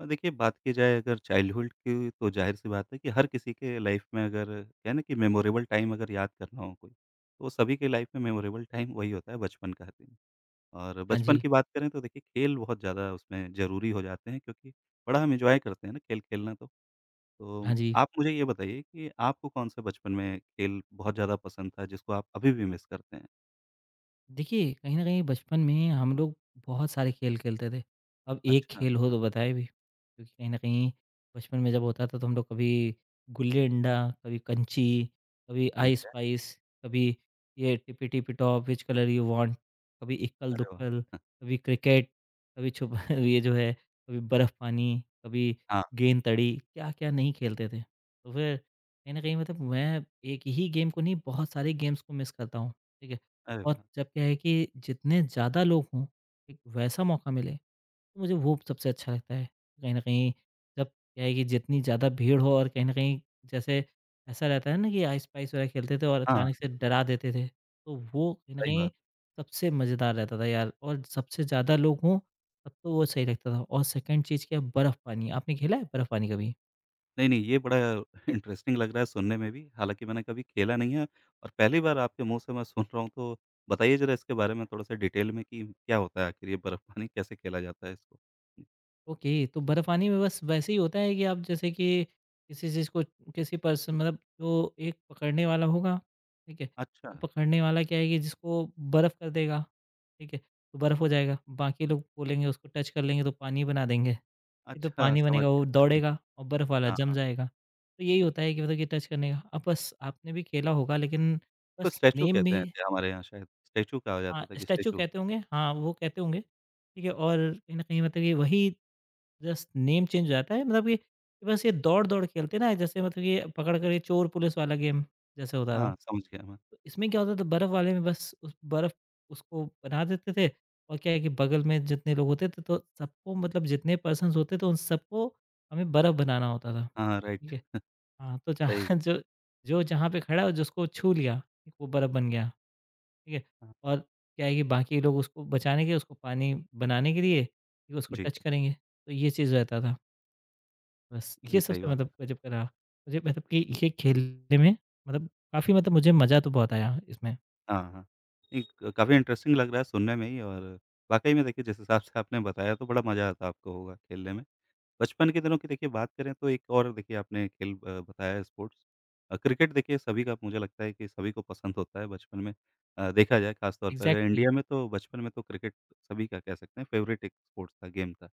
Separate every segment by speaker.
Speaker 1: देखिए बात की जाए अगर चाइल्डहुड की तो ज़ाहिर-सी बात है कि हर किसी के लाइफ में अगर कहें ना कि मेमोरेबल टाइम अगर याद करना हो कोई, तो सभी के लाइफ में मेमोरेबल टाइम वही होता है बचपन का दिन। और
Speaker 2: हाँ
Speaker 1: बचपन
Speaker 2: जी,
Speaker 1: की बात करें तो देखिए खेल बहुत ज़्यादा उसमें ज़रूरी हो जाते हैं क्योंकि बड़ा हम एन्जॉय करते हैं ना खेल खेलना तो। तो
Speaker 2: हाँ जी।
Speaker 1: आप मुझे ये बताइए कि आपको कौन-सा बचपन में खेल बहुत ज़्यादा पसंद था जिसको आप अभी भी मिस करते हैं?
Speaker 2: देखिए, कहीं न कहीं बचपन में हम लोग बहुत सारे खेल खेलते थे। अब एक
Speaker 1: अच्छा,
Speaker 2: खेल हो
Speaker 1: हाँ,
Speaker 2: तो बताएँ भी? क्योंकि कहीं न कहीं बचपन में जब होता था तो हम लोग कभी गुल्ली-डंडा, कभी कंची, कभी
Speaker 1: ठीक है।
Speaker 2: आइस-पाइस, कभी ये tippy tippy top, which colour you want, कभी
Speaker 1: अरे वाह!
Speaker 2: इक्कल-दुक्कल, कभी क्रिकेट, कभी छुप ये जो है, कभी बर्फ़-पानी, कभी
Speaker 1: हाँ,
Speaker 2: गेंद-तड़ी, क्या-क्या नहीं खेलते थे। तो फिर कहीं न कहीं मतलब मैं एक ही गेम को नहीं बहुत सारे गेम्स को मिस करता हूँ, ठीक है?
Speaker 1: अरे
Speaker 2: और
Speaker 1: वाह!
Speaker 2: जब क्या है कि जितने ज़्यादा लोग हों, एक वैसा मौका मिले, तो मुझे वो सबसे अच्छा लगता है। कहीं न कहीं जब क्या है कि जितनी ज़्यादा भीड़ हो और कहीं न कहीं जैसे ऐसा रहता है ना कि आइस-पाइस वगैरह खेलते थे और
Speaker 1: हाँ,
Speaker 2: अचानक से डरा देते थे, तो वो कहीं न
Speaker 1: सही
Speaker 2: कहीं
Speaker 1: बात।
Speaker 2: सबसे मज़ेदार रहता था यार और सबसे ज़्यादा लोग हों, तब तो वो सही लगता था और सेकंड चीज़ क्या है बर्फ़ पानी, आपने खेला है बर्फ़ पानी कभी?
Speaker 1: नहीं, नहीं, ये बड़ा इंटरेस्टिंग लग रहा है सुनने में भी, हालाँकि मैंने कभी खेला नहीं है और पहली बार आपके मुँह से मैं सुन रहा हूँ, तो बताइए ज़रा इसके बारे में थोड़ा-सा डिटेल में कि क्या होता है आखिर ये बर्फ़पानी, कैसे खेला जाता है इसको?
Speaker 2: ओके, तो बर्फ़ानी में बस वैसे ही होता है कि आप जैसे कि किसी चीज़ को किसी पर्सन मतलब जो एक पकड़ने वाला होगा, ठीक है?
Speaker 1: अच्छा,
Speaker 2: तो पकड़ने वाला क्या है कि जिसको बर्फ़ कर देगा, ठीक है? तो बर्फ़ हो जाएगा, बाकी लोग बोलेंगे उसको टच कर लेंगे तो पानी बना देंगे। ये तो
Speaker 1: अच्छा,
Speaker 2: पानी
Speaker 1: समझ
Speaker 2: बनेगा वो
Speaker 1: गया।
Speaker 2: दौड़ेगा और बर्फ़ वाला
Speaker 1: हाँ,
Speaker 2: जम
Speaker 1: हाँ,
Speaker 2: जाएगा। तो यही होता है कि मतलब कि टच करने का। अब बस आपने भी खेला होगा लेकिन
Speaker 1: तो
Speaker 2: बस
Speaker 1: स्टैचू
Speaker 2: नेम
Speaker 1: कहते हैं
Speaker 2: में
Speaker 1: थे हमारे यहाँ शायद, स्टैचू कहा
Speaker 2: हाँ,
Speaker 1: जाता था कि
Speaker 2: स्टैच्यू
Speaker 1: स्टैचू
Speaker 2: कहते होंगे, हाँ, वो कहते होंगे, ठीक है? और कहीं न कहीं मतलब कि वही जस्ट नेम चेंज हो जाता है मतलब कि बस ये दौड़-दौड़ खेलते ना जैसे मतलब ये पकड़ कर ये चोर पुलिस वाला गेम जैसे होता था।
Speaker 1: हाँ, समझ गया मैं।
Speaker 2: तो इसमें क्या होता था बर्फ़ वाले में बस उस बर्फ़ उसको बना देते थे और क्या है कि बगल में जितने लोग होते थे तो सबको मतलब जितने पर्सन्स होते थे उन सबको हमें बर्फ़ बनाना होता था,
Speaker 1: हाँ, हाँ,
Speaker 2: ठीक
Speaker 1: राइट,
Speaker 2: है? हाँ, तो
Speaker 1: सही,
Speaker 2: जहाँ जो जो जहाँ पे खड़ा है जिसको छू लिया, ठीक, वो बर्फ़ बन गया। ठीक है?
Speaker 1: हाँ, हाँ,
Speaker 2: और क्या है कि बाकी लोग उसको बचाने के उसको पानी बनाने के लिए कि उसको
Speaker 1: जी,
Speaker 2: टच करेंगे, तो ये चीज़ रहता था। बस ये
Speaker 1: नहीं, सही
Speaker 2: सबसे
Speaker 1: बात
Speaker 2: मतलब
Speaker 1: है।
Speaker 2: गज़ब का रहा। मुझे मतलब कि ये खेलने में मतलब काफ़ी मतलब मुझे मज़ा तो बहुत आया इसमें।
Speaker 1: हाँ, हाँ, नहीं क काफ़ी इंटरेस्टिंग लग रहा है सुनने में ही और वाक़ई में देखिए जिस हिसाब से आपने बताया तो बड़ा मज़ा आता आपको होगा खेलने में। बचपन के दिनों की देखिए बात करें तो एक और देखिए आपने खेल बताया है स्पोर्ट्स, क्रिकेट देखिए सभी का मुझे लगता है कि सभी को पसंद होता है बचपन में देखा जाए खास तौर पर अगर
Speaker 2: एग्ज़ैक्टली।
Speaker 1: इंडिया में तो बचपन में तो क्रिकेट सभी का कह सकते हैं फेवरेट एक स्पोर्ट्स था गेम था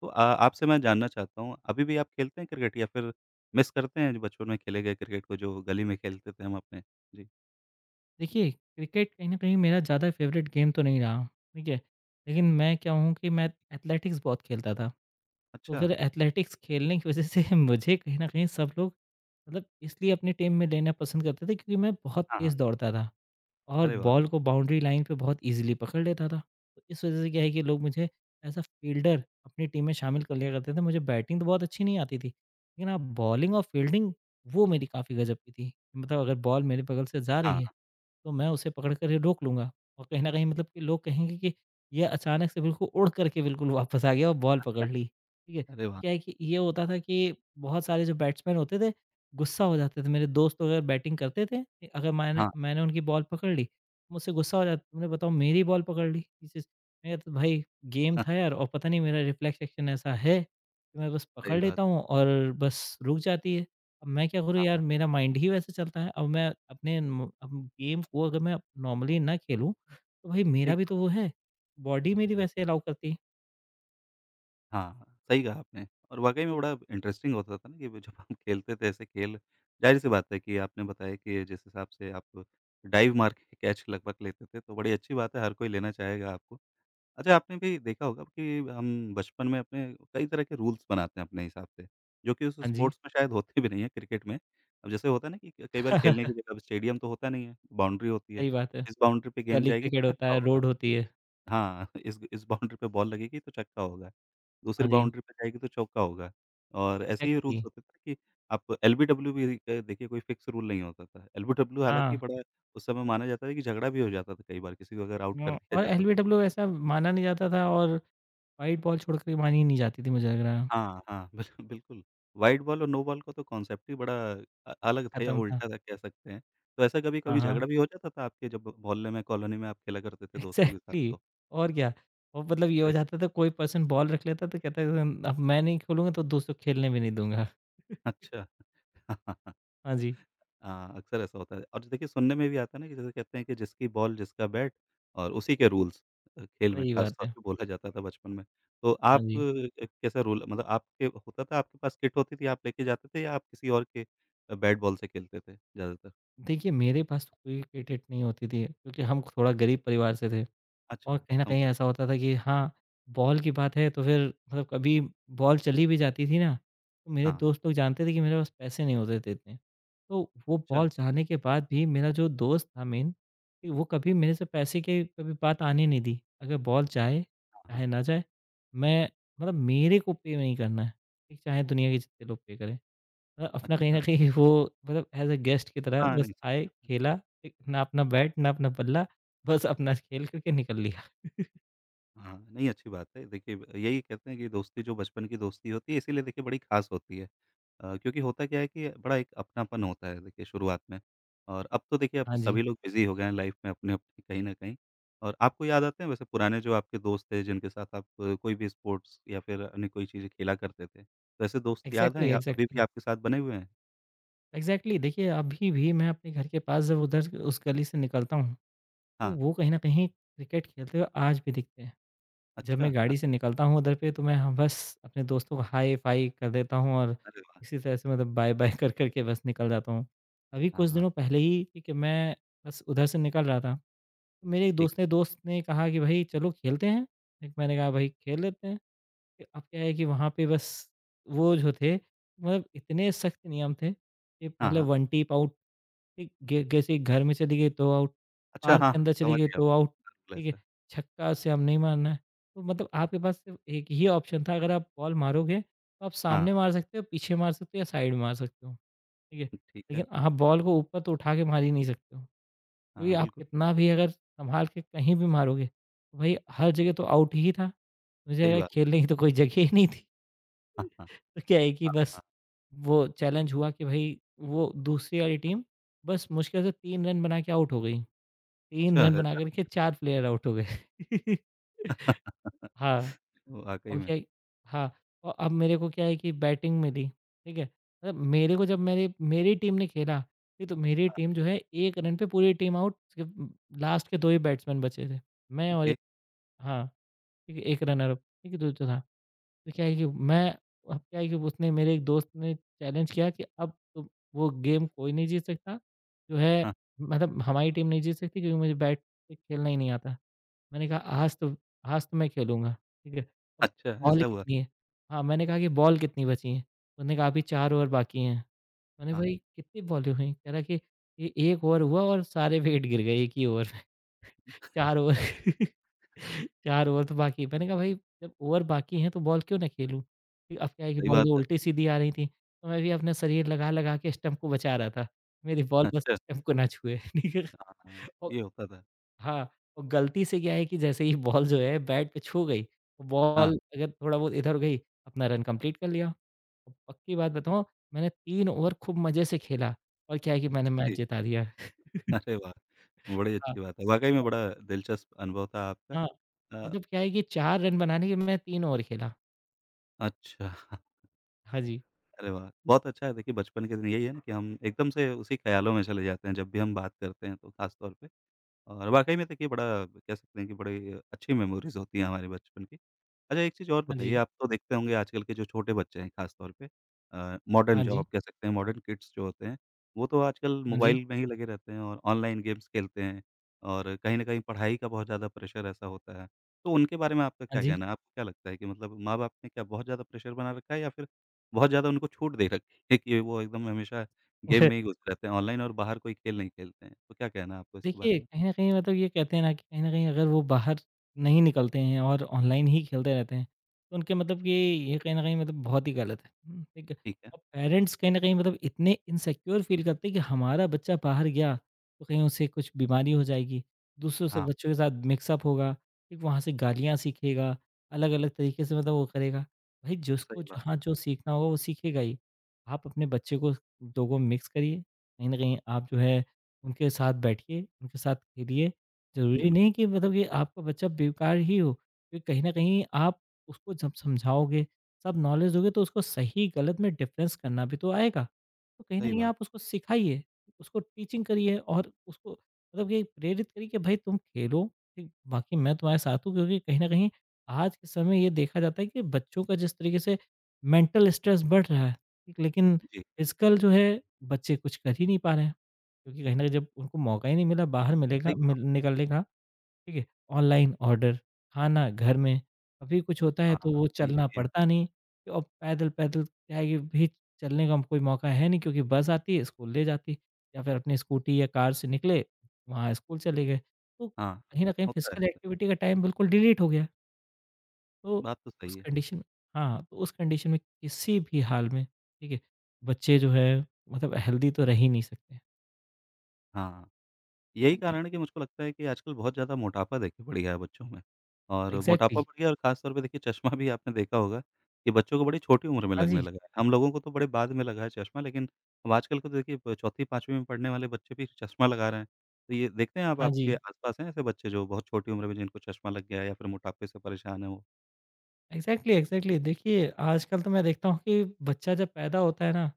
Speaker 1: तो आपसे मैं जानना चाहता हूँ अभी भी आप खेलते हैं क्रिकेट या फिर मिस करते हैं जो बचपन में खेले गए क्रिकेट को जो गली में खेलते थे हम अपने जी।
Speaker 2: देखिए, क्रिकेट कहीं न कहीं मेरा ज़्यादा फ़ेवरेट गेम तो नहीं रहा, ठीक है? लेकिन मैं क्या हूँ कि मैं एथलेटिक्स बहुत खेलता था। तो
Speaker 1: अच्छा।
Speaker 2: फिर एथलेटिक्स खेलने की वज़ह से मुझे कहीं न कहीं सब लोग मतलब इसलिए अपनी टीम में लेना पसंद करते थे क्योंकि मैं बहुत
Speaker 1: हाँ, हाँ।
Speaker 2: तेज़ दौड़ता था और
Speaker 1: अरे वाह!
Speaker 2: बॉल को बाउंड्री लाइन पे बहुत ईज़िली पकड़ लेता था। तो इस वज़ह से क्या है कि लोग मुझे एज़ अ फ़ील्डर अपनी टीम में शामिल कर लिया करते थे। मुझे बैटिंग तो बहुत अच्छी नहीं आती थी, लेकिन हाँ, बॉलिंग और फ़ील्डिंग वो मेरी काफ़ी गज़ब की थी। मतलब अगर बॉल मेरे बगल से जा रही
Speaker 1: हाँ,
Speaker 2: है तो मैं उसे पकड़ कर रोक लूँगा और कहीं न कहीं मतलब कि लोग कहेंगे कि ये अचानक से बिल्कुल उड़ करके बिल्कुल वापस आ गया और बॉल पकड़ ली, ठीक है?
Speaker 1: अरे वाह!
Speaker 2: क्या है कि ये होता था कि बहुत सारे जो बैट्समैन होते थे, गुस्सा हो जाते थे। मेरे दोस्त अगर बैटिंग करते थे, अगर मैंने
Speaker 1: हाँ,
Speaker 2: मैंने उनकी बॉल पकड़ ली, मुझसे गुस्सा हो जाते, "तुमने बताओ मेरी बॉल पकड़ ली।" इस मैं कहता भाई गेम
Speaker 1: हाँ,
Speaker 2: था यार और पता नहीं मेरा रिफ्लेक्स एक्शन ऐसा है कि मैं बस
Speaker 1: सही
Speaker 2: पकड़
Speaker 1: बात।
Speaker 2: लेता हूँ और बस रुक जाती है। अब मैं क्या करूँ
Speaker 1: हाँ,
Speaker 2: यार
Speaker 1: हाँ,
Speaker 2: मेरा माइंड ही वैसे चलता है। अब मैं अपने म अब गेम को अगर मैं नॉर्मली ना खेलूँ, तो भाई मेरा
Speaker 1: ठीक
Speaker 2: भी तो वो
Speaker 1: बात।
Speaker 2: है, बॉडी मेरी वैसे अलाउ करती है।
Speaker 1: हाँ, सही कहा आपने और वाक़ई में बड़ा इंटरेस्टिंग होता था ना कि वो जब हम खेलते थे ऐसे खेल, ज़ाहिर-सी बात है कि आपने बताया कि जिस हिसाब से आप डाइव मार के कैच लगभग लेते थे, तो बड़ी अच्छी बात है, हर कोई लेना चाहेगा आपको। अच्छा, आपने भी देखा होगा कि हम बचपन में अपने कई तरह के रूल्स बनाते हैं अपने हिसाब से, जो कि उस
Speaker 2: हाँ जी,
Speaker 1: स्पोर्ट्स में शायद होते भी नहीं हैं क्रिकेट में। अब जैसे होता है ना कि कई बार खेलने की जगह स्टेडियम तो होता नहीं है, बाउंड्री होती है,
Speaker 2: सही बात है।
Speaker 1: इस बाउंड्री पे गेंद
Speaker 2: गली
Speaker 1: जाएगी तो
Speaker 2: क्रिकेट होता
Speaker 1: छक्का
Speaker 2: है,
Speaker 1: होगा।
Speaker 2: रोड होती है।
Speaker 1: हाँ, इस बाउंड्री पे बॉल लगेगी तो छक्का होगा,
Speaker 2: हाँ
Speaker 1: दूसरी
Speaker 2: जी,
Speaker 1: बाउंड्री पे जाएगी तो चौका होगा और ऐसे ही
Speaker 2: एग्ज़ैक्टली
Speaker 1: रूल्स होते थे कि आप एलबीडब्ल्यू भी देखिए कोई फ़िक्स रूल नहीं होता था। एलबीडब्ल्यू
Speaker 2: हाँ,
Speaker 1: हालाँकि बड़ा उस समय माना जाता है कि झगड़ा भी हो जाता था कई बार किसी को अगर आउट कर
Speaker 2: हुँ,
Speaker 1: दिया
Speaker 2: और
Speaker 1: जाता था।
Speaker 2: एलबीडब्ल्यू ऐसा माना नहीं जाता था और व्हाइट बॉल छोड़ के मानी ही नहीं जाती थी मुझे लग रहा है,
Speaker 1: हाँ, हाँ, बिल्कुल, बिल्कुल। वाइड बॉल और नो बॉल का तो कॉन्सेप्ट ही बड़ा अलग था या
Speaker 2: खत्म था।
Speaker 1: उल्टा था कह सकते हैं। तो ऐसा
Speaker 2: हाँ,
Speaker 1: कभी-कभी
Speaker 2: हाँ,
Speaker 1: झगड़ा भी हो जाता था आपके जब मोहल्ले में, कॉलोनी में आप खेला करते थे दोस्तों के साथ
Speaker 2: एग्ज़ैक्टली
Speaker 1: तो?
Speaker 2: और क्या। और मतलब ये हो
Speaker 1: अरे
Speaker 2: जाता था कोई पर्सन बॉल रख लेता तो कहता था अब मैं नहीं खेलूँगा तो दोस्त को खेलने भी नहीं दूँगा।
Speaker 1: वाह, अच्छा। हाँ।
Speaker 2: हाँ जी।
Speaker 1: हाँ, अक्सर ऐसा होता है और देखिए सुनने में भी आता है ना कि जैसे कहते हैं कि जिसकी बॉल जिसका बैट और उसी के रूल्स खेल में
Speaker 2: सही
Speaker 1: खास
Speaker 2: बात
Speaker 1: तौर
Speaker 2: है।
Speaker 1: पे बोला जाता था बचपन में। तो
Speaker 2: हाँ
Speaker 1: आप
Speaker 2: जी।
Speaker 1: कैसा रूल मतलब आपके होता था आपके पास किट होती थी आप लेके जाते थे या आप किसी और के बैट बॉल से खेलते थे ज़्यादातर?
Speaker 2: देखिए मेरे पास तो कोई क्रिकेट नहीं होती थी क्योंकि हम थोड़ा गरीब परिवार से थे और
Speaker 1: अच्छा,
Speaker 2: कहीं न
Speaker 1: समझ
Speaker 2: कहीं ऐसा
Speaker 1: सकता
Speaker 2: होता था कि हाँ, बॉल की बात है तो फिर मतलब कभी बॉल चली भी जाती थी ना, तो मेरे
Speaker 1: हूँ। हाँ,
Speaker 2: दोस्त लोग जानते थे कि मेरे पास पैसे नहीं होते थे इतने। तो वो
Speaker 1: अच्छा।
Speaker 2: बॉल जाने के बाद भी मेरा जो दोस्त था मेन, कि वो कभी मेरे से पैसे की कभी बात आने नहीं दी। अगर बॉल जाए,
Speaker 1: हाँ, हाँ।
Speaker 2: चाहे ना जाए, मैं मतलब मेरे को पे नहीं करना है, ठीक, चाहे दुनिया के जितने लोग पे करें। अपना कहीं न
Speaker 1: अच्छा।
Speaker 2: कहीं वो मतलब एज़ अ गेस्ट की तरह
Speaker 1: हाँ,
Speaker 2: बस
Speaker 1: नहीं सही
Speaker 2: आए,
Speaker 1: बात है।
Speaker 2: खेला, एक ना अपना बैट, ना अपना बल्ला, बस अपना खेल करके निकल लिया।
Speaker 1: हाँ, नहीं अच्छी बात है। देखिए, यही कहते हैं कि दोस्ती जो बचपन की दोस्ती होती है इसीलिए देखिए बड़ी ख़ास होती है। क्योंकि होता क्या है कि बड़ा एक अपनापन होता है देखिए शुरुआत में और अब तो देखिए अब
Speaker 2: हाँ
Speaker 1: तो
Speaker 2: जी।
Speaker 1: सभी लोग बिज़ी हो गए हैं लाइफ़ में अपने-अपने कहीं न कहीं। और आपको याद आते हैं वैसे पुराने जो आपके दोस्त थे जिनके साथ आप कोई भी स्पोर्ट्स या फिर अन्य कोई चीज़ें खेला करते थे? तो ऐसे दोस्त याद हैं
Speaker 2: एग्ज़ैक्टली,
Speaker 1: या अभी भी
Speaker 2: एग्ज़ैक्टली।
Speaker 1: आपके साथ बने हुए हैं?
Speaker 2: एग्ज़ैक्टली देखिए अभी भी मैं अपने घर के पास जब उधर उस गली से निकलता हूँ, तो
Speaker 1: हाँ,
Speaker 2: वो कहीं न कहीं क्रिकेट खेलते हुए आज भी दिखते हैं। जब
Speaker 1: अच्छा।
Speaker 2: मैं
Speaker 1: हाँ,
Speaker 2: गाड़ी से निकलता हूँ उधर पे तो मैं हाँ, बस अपने दोस्तों को हाय-फ़ाय कर देता हूँ और
Speaker 1: अरे वाह!
Speaker 2: इसी तरह से मतलब बाय-बाय कर के बस निकल जाता हूँ। अभी
Speaker 1: हाँ,
Speaker 2: कुछ
Speaker 1: हाँ,
Speaker 2: दिनों पहले ही ठीक है, मैं बस उधर से निकल रहा था। मेरे एक
Speaker 1: ठीक।
Speaker 2: दोस्त ने कहा कि भाई चलो खेलते हैं। एक मैंने कहा भाई खेल लेते हैं। फिर अब क्या है कि वहाँ पे बस वो जो थे मतलब इतने सख्त नियम थे कि
Speaker 1: हाँ,
Speaker 2: पहले
Speaker 1: हाँ।
Speaker 2: 1 टीप आउट ठीक गे जैसे ही घर में चली गई तो आउट,
Speaker 1: अच्छा।
Speaker 2: पार्क
Speaker 1: हाँ,
Speaker 2: के अंदर चली
Speaker 1: समझ
Speaker 2: गई
Speaker 1: गया।
Speaker 2: तो आउट,
Speaker 1: हाँ,
Speaker 2: ठीक है?
Speaker 1: ऐसा।
Speaker 2: छक्का से हम नहीं मारना है। तो मतलब आपके पास सिर्फ़ एक ही ऑप्शन था अगर आप बॉल मारोगे तो आप
Speaker 1: हाँ,
Speaker 2: सामने मार सकते हो, पीछे मार सकते हो या साइड में मार सकते हो, ठीक है?
Speaker 1: ठीक है।
Speaker 2: लेकिन आप बॉल को ऊपर तो उठा के मार ही नहीं सकते हो। क्योंकि
Speaker 1: हाँ,
Speaker 2: आप
Speaker 1: बिल्कुल,
Speaker 2: कितना भी अगर सँभाल के कहीं भी मारोगे, तो भाई हर जगह तो आउट ही था। मुझे
Speaker 1: सही
Speaker 2: लगा
Speaker 1: बात।
Speaker 2: खेलने की तो कोई जगह ही नहीं थी।
Speaker 1: हाँ, हाँ।
Speaker 2: तो क्या है कि बस वो चैलेंज हुआ कि भाई वो दूसरी वाली टीम बस मुश्किल से 3 रन बना के आउट हो गई। 3
Speaker 1: अच्छा,
Speaker 2: रन बना
Speaker 1: ऐसा?
Speaker 2: कर के 4 प्लेयर आउट हो गए। हाँ।
Speaker 1: वाक़ई
Speaker 2: और
Speaker 1: में।
Speaker 2: क्या है हाँ, और अब मेरे को क्या है कि बैटिंग मिली, ठीक है? मतलब मेरे को जब मेरी मेरी टीम ने खेला, ठीक तो मेरी
Speaker 1: हाँ,
Speaker 2: टीम जो है 1 रन पे पूरी टीम आउट, सिर्फ़ लास्ट के 2 ही बैट्समैन बचे थे। मैं और
Speaker 1: ओके।
Speaker 2: एक हाँ, ठीक है, 1 रनर अप, ठीक है, जो जो था। तो क्या है कि मैं अब क्या है कि उसने मेरे एक दोस्त ने चैलेंज किया कि अब तो वो गेम कोई नहीं जीत सकता, जो है
Speaker 1: हाँ,
Speaker 2: मतलब हमारी टीम नहीं जीत सकती क्योंकि मुझे बैट पे खेलना ही नहीं आता। मैंने कहा आज तो आज तो मैं खेलूँगा, ठीक है। अब
Speaker 1: अच्छा,
Speaker 2: बॉल
Speaker 1: ऐसा हुआ?
Speaker 2: कितनी है? हाँ, मैंने कहा कि बॉल कितनी बची हैं? उन्होंने कहा अभी 4 ओवर बाकी हैं। मैंने
Speaker 1: हाँ,
Speaker 2: भाई कितनी बॉलें हुई? कह रहा कि ये 1 ओवर हुआ और सारे विकेट गिर गए एक ही ओवर में 4 ओवर 4 ओवर तो बाकी मैंने कहा भाई जब ओवर बाकी हैं तो बॉल क्यों ना खेलूँ? फिर अब क्या है कि
Speaker 1: सही बात
Speaker 2: बॉलें
Speaker 1: है।
Speaker 2: उल्टी-सीधी आ रही थी, तो मैं भी अपना शरीर लगा-लगा के स्टंप को बचा रहा था। मेरी बॉल बस
Speaker 1: अच्छा,
Speaker 2: स्टंप को ना छुए, ठीक है।
Speaker 1: हाँ, हाँ,
Speaker 2: और
Speaker 1: ये होता था।
Speaker 2: हाँ, और गलती से क्या है कि जैसे ही बॉल जो है बैट पे छू गई, तो
Speaker 1: हाँ,
Speaker 2: बॉल अगर थोड़ा बहुत इधर गई, अपना रन कंप्लीट कर लिया। और पक्की बात बताऊँ, मैंने 3 ओवर खूब मज़े से खेला और क्या है कि मैंने
Speaker 1: अच्छा
Speaker 2: मैच
Speaker 1: जी।
Speaker 2: जिता दिया।
Speaker 1: अरे वाह! बड़ी
Speaker 2: हाँ,
Speaker 1: अच्छी बात है। वाक़ई में बड़ा दिलचस्प अनुभव था आपका।
Speaker 2: हाँ,
Speaker 1: अ,
Speaker 2: मतलब क्या है कि 4 रन बनाने के मैं 3 ओवर खेला।
Speaker 1: अच्छा।
Speaker 2: हाँ जी,
Speaker 1: अरे वाह! बहुत अच्छा है देखिए बचपन के दिन यही है ना कि हम एकदम से उसी ख़्यालों में चले जाते हैं जब भी हम बात करते हैं तो ख़ास तौर पे। और वाक़ई में देखिए बड़ा कह सकते हैं कि बड़ी अच्छी मेमोरीज़ होती हैं हमारे बचपन की। अच्छा एक चीज़ और
Speaker 2: हाँ
Speaker 1: बताइए,
Speaker 2: जी,
Speaker 1: आप तो देखते होंगे आजकल के जो छोटे बच्चे हैं ख़ास तौर पे मॉडर्न
Speaker 2: हाँ
Speaker 1: जो
Speaker 2: जी,
Speaker 1: आप कह सकते हैं मॉडर्न किड्स जो होते हैं, वो तो आजकल
Speaker 2: हाँ जी,
Speaker 1: मोबाइल में ही लगे रहते हैं और ऑनलाइन गेम्स खेलते हैं और कहीं न कहीं पढ़ाई का बहुत ज़्यादा प्रेशर ऐसा होता है। तो उनके बारे में आपका
Speaker 2: हाँ
Speaker 1: क्या
Speaker 2: जी।
Speaker 1: कहना है? आपको क्या लगता है कि मतलब माँ-बाप ने क्या बहुत ज़्यादा प्रेशर बना रखा है या फिर बहुत ज़्यादा उनको छूट दे रखी है कि वो एकदम हमेशा गेम में ही घुस रहते हैं ऑनलाइन और बाहर कोई खेल नहीं खेलते हैं? तो क्या कहना है आपको इसके बारे
Speaker 2: देखिए,
Speaker 1: में?
Speaker 2: कहीं न कहीं मतलब ये कहते हैं ना कि कहीं न कहीं अगर वो बाहर नहीं निकलते हैं और ऑनलाइन ही खेलते रहते हैं, तो उनके मतलब ये कहीं न कहीं मतलब बहुत ही गलत है। हुँ, ठीक है।
Speaker 1: ठीक है।
Speaker 2: और पेरेंट्स कहीं न कहीं मतलब इतने इनसिक्योर फ़ील करते हैं कि हमारा बच्चा बाहर गया, तो कहीं उसे कुछ बीमारी हो जाएगी, दूसरों से
Speaker 1: हाँ,
Speaker 2: बच्चों के साथ मिक्स अप होगा, फिर वहाँ से गालियाँ सीखेगा, अलग-अलग तरीके से मतलब वो करेगा। भाई जिसको
Speaker 1: सही बात
Speaker 2: जहाँ
Speaker 1: है।
Speaker 2: जो सीखना होगा वो सीखेगा ही। आप अपने बच्चे को लोगों में मिक्स करिए, कहीं न कहीं आप जो है उनके साथ बैठिए, उनके साथ खेलिए। ज़रूरी नहीं
Speaker 1: बिल्कुल,
Speaker 2: कि मतलब कि आपका बच्चा बेकार ही हो, क्योंकि कहीं न कहीं आप उसको जब समझाओगे, सब नॉलेज दोगे तो उसको सही गलत में डिफ़रेंस करना भी तो आएगा। तो कहीं न
Speaker 1: सही
Speaker 2: कहीं
Speaker 1: बात।
Speaker 2: आप उसको सिखाइए, उसको टीचिंग करिए और उसको मतलब कि प्रेरित करिए कि भाई तुम खेलो, ठीक, बाकी मैं तुम्हारे साथ हूँ क्योंकि कहीं न कहीं आज के समय ये देखा जाता है कि बच्चों का जिस तरीके से मेंटल स्ट्रेस बढ़ रहा है, ठीक, लेकिन
Speaker 1: जी,
Speaker 2: फ़िज़िकल जो है बच्चे कुछ कर ही नहीं पा रहे हैं। क्योंकि कहीं न कहीं जब उनको मौका ही नहीं मिला बाहर
Speaker 1: सही
Speaker 2: मिलेगा
Speaker 1: कहा
Speaker 2: मिल
Speaker 1: आपने।
Speaker 2: निकलने का, ठीक है? ऑनलाइन ऑर्डर, खाना घर में, कभी कुछ होता है
Speaker 1: हाँ,
Speaker 2: तो
Speaker 1: हाँ,
Speaker 2: वो
Speaker 1: ये
Speaker 2: चलना
Speaker 1: भी है।
Speaker 2: पड़ता नहीं और पैदल-पैदल क्या है कि भी चलने का कोई मौका है नहीं क्योंकि बस आती है, स्कूल ले जाती या फिर अपनी स्कूटी या कार से निकले, वहाँ स्कूल चले गए। तो
Speaker 1: हाँ, हाँ,
Speaker 2: कहीं न कहीं
Speaker 1: होता है
Speaker 2: फ़िज़िकल
Speaker 1: अक्सर।
Speaker 2: एक्टिविटी का टाइम बिल्कुल डिलीट हो गया। तो
Speaker 1: बात तो
Speaker 2: उस
Speaker 1: सही है।
Speaker 2: कंडीशन में हाँ, तो उस कंडीशन में किसी भी हाल में, ठीक है? बच्चे जो हैं मतलब हेल्दी तो रह ही नहीं सकते।
Speaker 1: हाँ, यही
Speaker 2: हाँ जी,
Speaker 1: कारण है कि मुझको लगता है कि आजकल बहुत ज़्यादा मोटापा देखिए बढ़ गया है बच्चों में और मोटापा
Speaker 2: एग्ज़ैक्टली।
Speaker 1: बढ़ गया और ख़ास तौर पे देखिए चश्मा भी आपने देखा होगा कि बच्चों को बड़ी छोटी उम्र में
Speaker 2: हाँ
Speaker 1: लगने
Speaker 2: जी,
Speaker 1: लगा है। हम लोगों को तो बड़े बाद में लगा है चश्मा लेकिन अब आजकल को तो देखिए ब 4वीं 5वीं में पढ़ने वाले बच्चे भी चश्मा लगा रहे हैं। तो ये देखते हैं आप
Speaker 2: हाँ जी।
Speaker 1: आपके आस-पास हैं ऐसे बच्चे जो बहुत छोटी उम्र में जिनको चश्मा लग गया है या फिर मोटापे से परेशान हैं वो?
Speaker 2: एग्ज़ैक्टली, एग्ज़ैक्टली देखिए आजकल तो मैं देखता हूँ कि बच्चा जब पैदा होता है ना,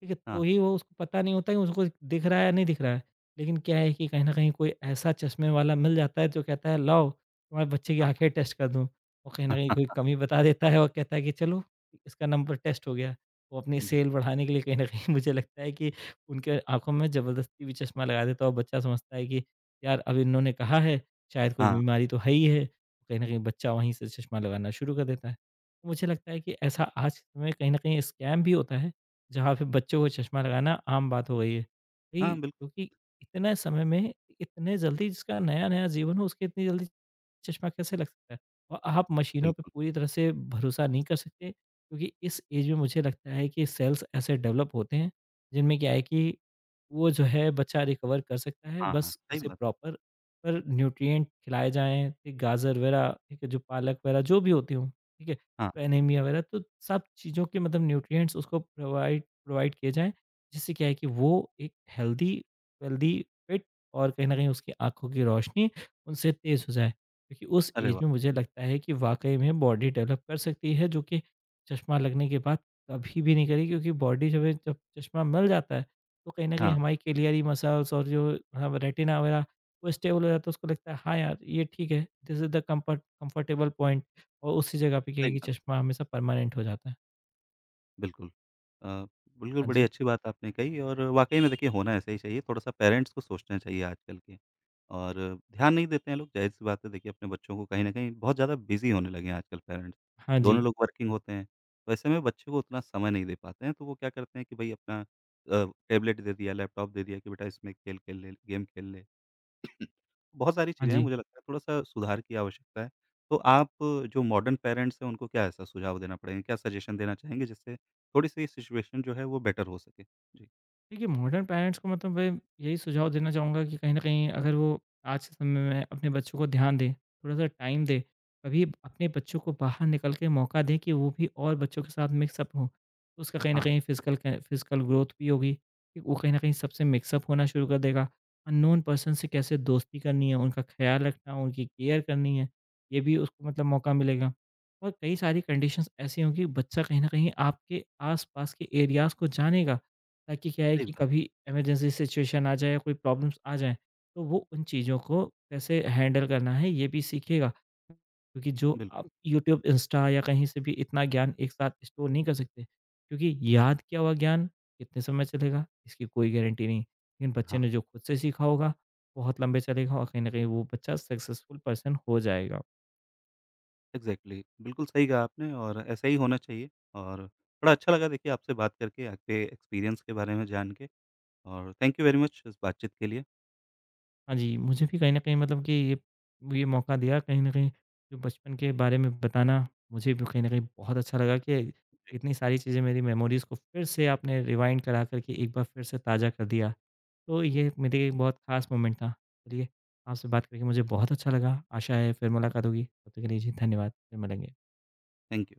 Speaker 2: ठीक है?
Speaker 1: हाँ,
Speaker 2: तो
Speaker 1: हाँ।
Speaker 2: ही वो उसको पता नहीं होता है उसको दिख रहा है या नहीं दिख रहा है। लेकिन क्या है कि कहीं न कहीं कोई ऐसा चश्मे वाला मिल जाता है जो कहता है लाओ तुम्हारे बच्चे की आँखें
Speaker 1: हाँ।
Speaker 2: टेस्ट कर दूँ। और कहीं न कहीं
Speaker 1: हाँ,
Speaker 2: कोई कमी बता देता है और कहता है कि चलो इसका नंबर टेस्ट हो गया। वो अपनी सेल बढ़ाने के लिए कहीं न कहीं मुझे लगता है कि उनके आँखों में ज़बरदस्ती भी चश्मा लगा देता है और बच्चा समझता है कि यार अब इन्होंने कहा है शायद कोई
Speaker 1: हाँ, हाँ, बिल्कुल,
Speaker 2: बीमारी तो है ही है। कहीं न कहीं बच्चा वहीं से चश्मा लगाना शुरू कर देता है। तो मुझे लगता है कि ऐसा आज के समय में कहीं न कहीं स्कैम भी होता है, जहाँ पे बच्चों को चश्मा लगाना आम बात हो गई है।
Speaker 1: हाँ,
Speaker 2: भई
Speaker 1: हाँ, बिल्कुल,
Speaker 2: क्योंकि इतने समय में, इतने जल्दी जिसका नया-नया जीवन हो उसके इतनी जल्दी चश्मा कैसे लग सकता है? और आप मशीनों पे
Speaker 1: बिल्कुल।
Speaker 2: पूरी तरह से भरोसा नहीं कर सकते, क्योंकि इस एज में मुझे लगता है कि सेल्स ऐसे डेवलप होते हैं, जिनमें क्या है कि वो जो है बच्चा रिकवर कर सकता है,
Speaker 1: हाँ, हाँ,
Speaker 2: बस
Speaker 1: सही
Speaker 2: उसे
Speaker 1: बात है।
Speaker 2: प्रॉपर पर न्यूट्रिएंट खिलाए जाएँ, ये गाजर वगैरह, ठीक है, जो पालक वगैरह जो भी होती हों, ठीक है,
Speaker 1: हाँ,
Speaker 2: तो एनीमिया वगैरह, तो सब चीज़ों के मतलब न्यूट्रिएंट्स उसको प्रोवाइड प्रोवाइड किए जाएँ, जिससे क्या है कि वो एक हेल्दी वेल्दी, फिट और कहीं न कहीं उसकी आँखों की रोशनी उनसे तेज़ हो जाए। क्योंकि उस
Speaker 1: अरे
Speaker 2: एज में
Speaker 1: वाह!
Speaker 2: मुझे लगता है कि वाक़ई में बॉडी डेवलप कर सकती है, जो कि चश्मा लगने के बाद कभी भी नहीं करेगी क्योंकि बॉडी जो है जब चश्मा मिल जाता है, तो कहीं न कहीं
Speaker 1: हाँ,
Speaker 2: हमारी क्लियरी मसल्स और जो हाँ, रेटिना वगैरह वो स्टेबल हो जाता है, उसको लगता है हाँ यार ये ठीक है, this is the comfortable point और उसी जगह पे क्या है
Speaker 1: सही
Speaker 2: कि
Speaker 1: बात है,
Speaker 2: चश्मा हमेशा परमानेंट हो जाता है।
Speaker 1: बिल्कुल। अ, बिल्कुल
Speaker 2: हाँ
Speaker 1: बड़ी
Speaker 2: जी।
Speaker 1: अच्छी बात आपने कही और वाक़ई में देखिए होना ऐसा ही चाहिए, थोड़ा-सा पेरेंट्स को सोचना चाहिए आजकल के और ध्यान नहीं देते हैं लोग, ज़ाहिर-सी बात है देखिए अपने बच्चों को कहीं न कहीं बहुत ज़्यादा बिज़ी होने लगे हैं आजकल पेरेंट्स।
Speaker 2: हाँ
Speaker 1: दोनों
Speaker 2: जी,
Speaker 1: लोग वर्किंग होते हैं, तो ऐसे में बच्चे को उतना समय नहीं दे पाते हैं, तो वो क्या करते हैं कि भई अपना टैबलेट दे दिया, लैपटॉप दे दिया कि बेटा इसमें खेल खेल ले, गेम खेल ले। बहुत सारी
Speaker 2: हाँ
Speaker 1: चीज़ें हैं,
Speaker 2: जी।
Speaker 1: मुझे लगता है थोड़ा-सा सुधार की आवश्यकता है। तो आप जो मॉडर्न पेरेंट्स हैं, उनको क्या ऐसा सुझाव देना पड़ेगा? क्या सजेशन देना चाहेंगे जिससे थोड़ी-सी सिचुएशन जो है वो बेटर हो सके? जी।
Speaker 2: देखिए मॉडर्न पेरेंट्स को मतलब मैं यही सुझाव देना चाहूँगा कि कहीं न कहीं अगर वो आज के समय में अपने बच्चों को ध्यान दें, थोड़ा-सा टाइम दें, कभी अपने बच्चों को बाहर निकल के मौका दें कि वो भी और बच्चों के साथ मिक्सअप हों। तो उसका कहीं न
Speaker 1: हाँ,
Speaker 2: कहीं फिज़िकल ग्रोथ भी होगी, कि वो कहीं न कहीं सबसे मिक्सअप होना शुरू कर देगा। अननोन पर्सन से कैसे दोस्ती करनी है, उनका ख़्याल रखना, उनकी केयर करनी है, ये भी उसको मतलब मौका मिलेगा। और कई सारी कंडीशंस ऐसी होंगी, बच्चा कहीं न कहीं आपके आस-पास के एरियाज़ को जानेगा ताकि क्या है
Speaker 1: सही
Speaker 2: कि
Speaker 1: बात।
Speaker 2: कभी इमरजेंसी सिचुएशन आ जाए या कोई प्रॉब्लम्स आ जाएँ, तो वो उन चीज़ों को कैसे हैंडल करना है ये भी सीखेगा। क्योंकि जो आप
Speaker 1: बिल्कुल।
Speaker 2: यूट्यूब, इंस्टा या कहीं से भी इतना ज्ञान एक साथ स्टोर नहीं कर सकते, क्योंकि याद किया हुआ ज्ञान कितने समय चलेगा इसकी कोई गारंटी नहीं। लेकिन बच्चे
Speaker 1: हाँ,
Speaker 2: ने जो खुद से सीखा होगा, बहुत लंबे चलेगा और कहीं न कहीं वो बच्चा सक्सेसफुल पर्सन हो जाएगा।
Speaker 1: एग्ज़ैक्टली। बिल्कुल सही कहा आपने और ऐसा ही होना चाहिए और बड़ा अच्छा लगा देखिए आपसे बात करके, आपके एक्सपीरियंस के बारे में जान के और थैंक यू वेरी मच इस बातचीत के लिए।
Speaker 2: हाँ जी, मुझे भी कहीं न कहीं मतलब कि ये मौका दिया कहीं न कहीं जो बचपन के बारे में बताना, मुझे भी कहीं न कहीं बहुत अच्छा लगा कि
Speaker 1: जी,
Speaker 2: इतनी सारी चीज़ें मेरी मेमोरीज़ को फिर से आपने रिवाइंड करा कर के एक बार फिर से ताज़ा कर दिया। तो ये मेरे लिए एक बहुत ख़ास मोमेंट था। चलिए, आपसे बात करके मुझे बहुत अच्छा लगा। आशा है फिर मुलाकात होगी। तब तक के लिए जी धन्यवाद। फिर मिलेंगे।
Speaker 1: Thank you.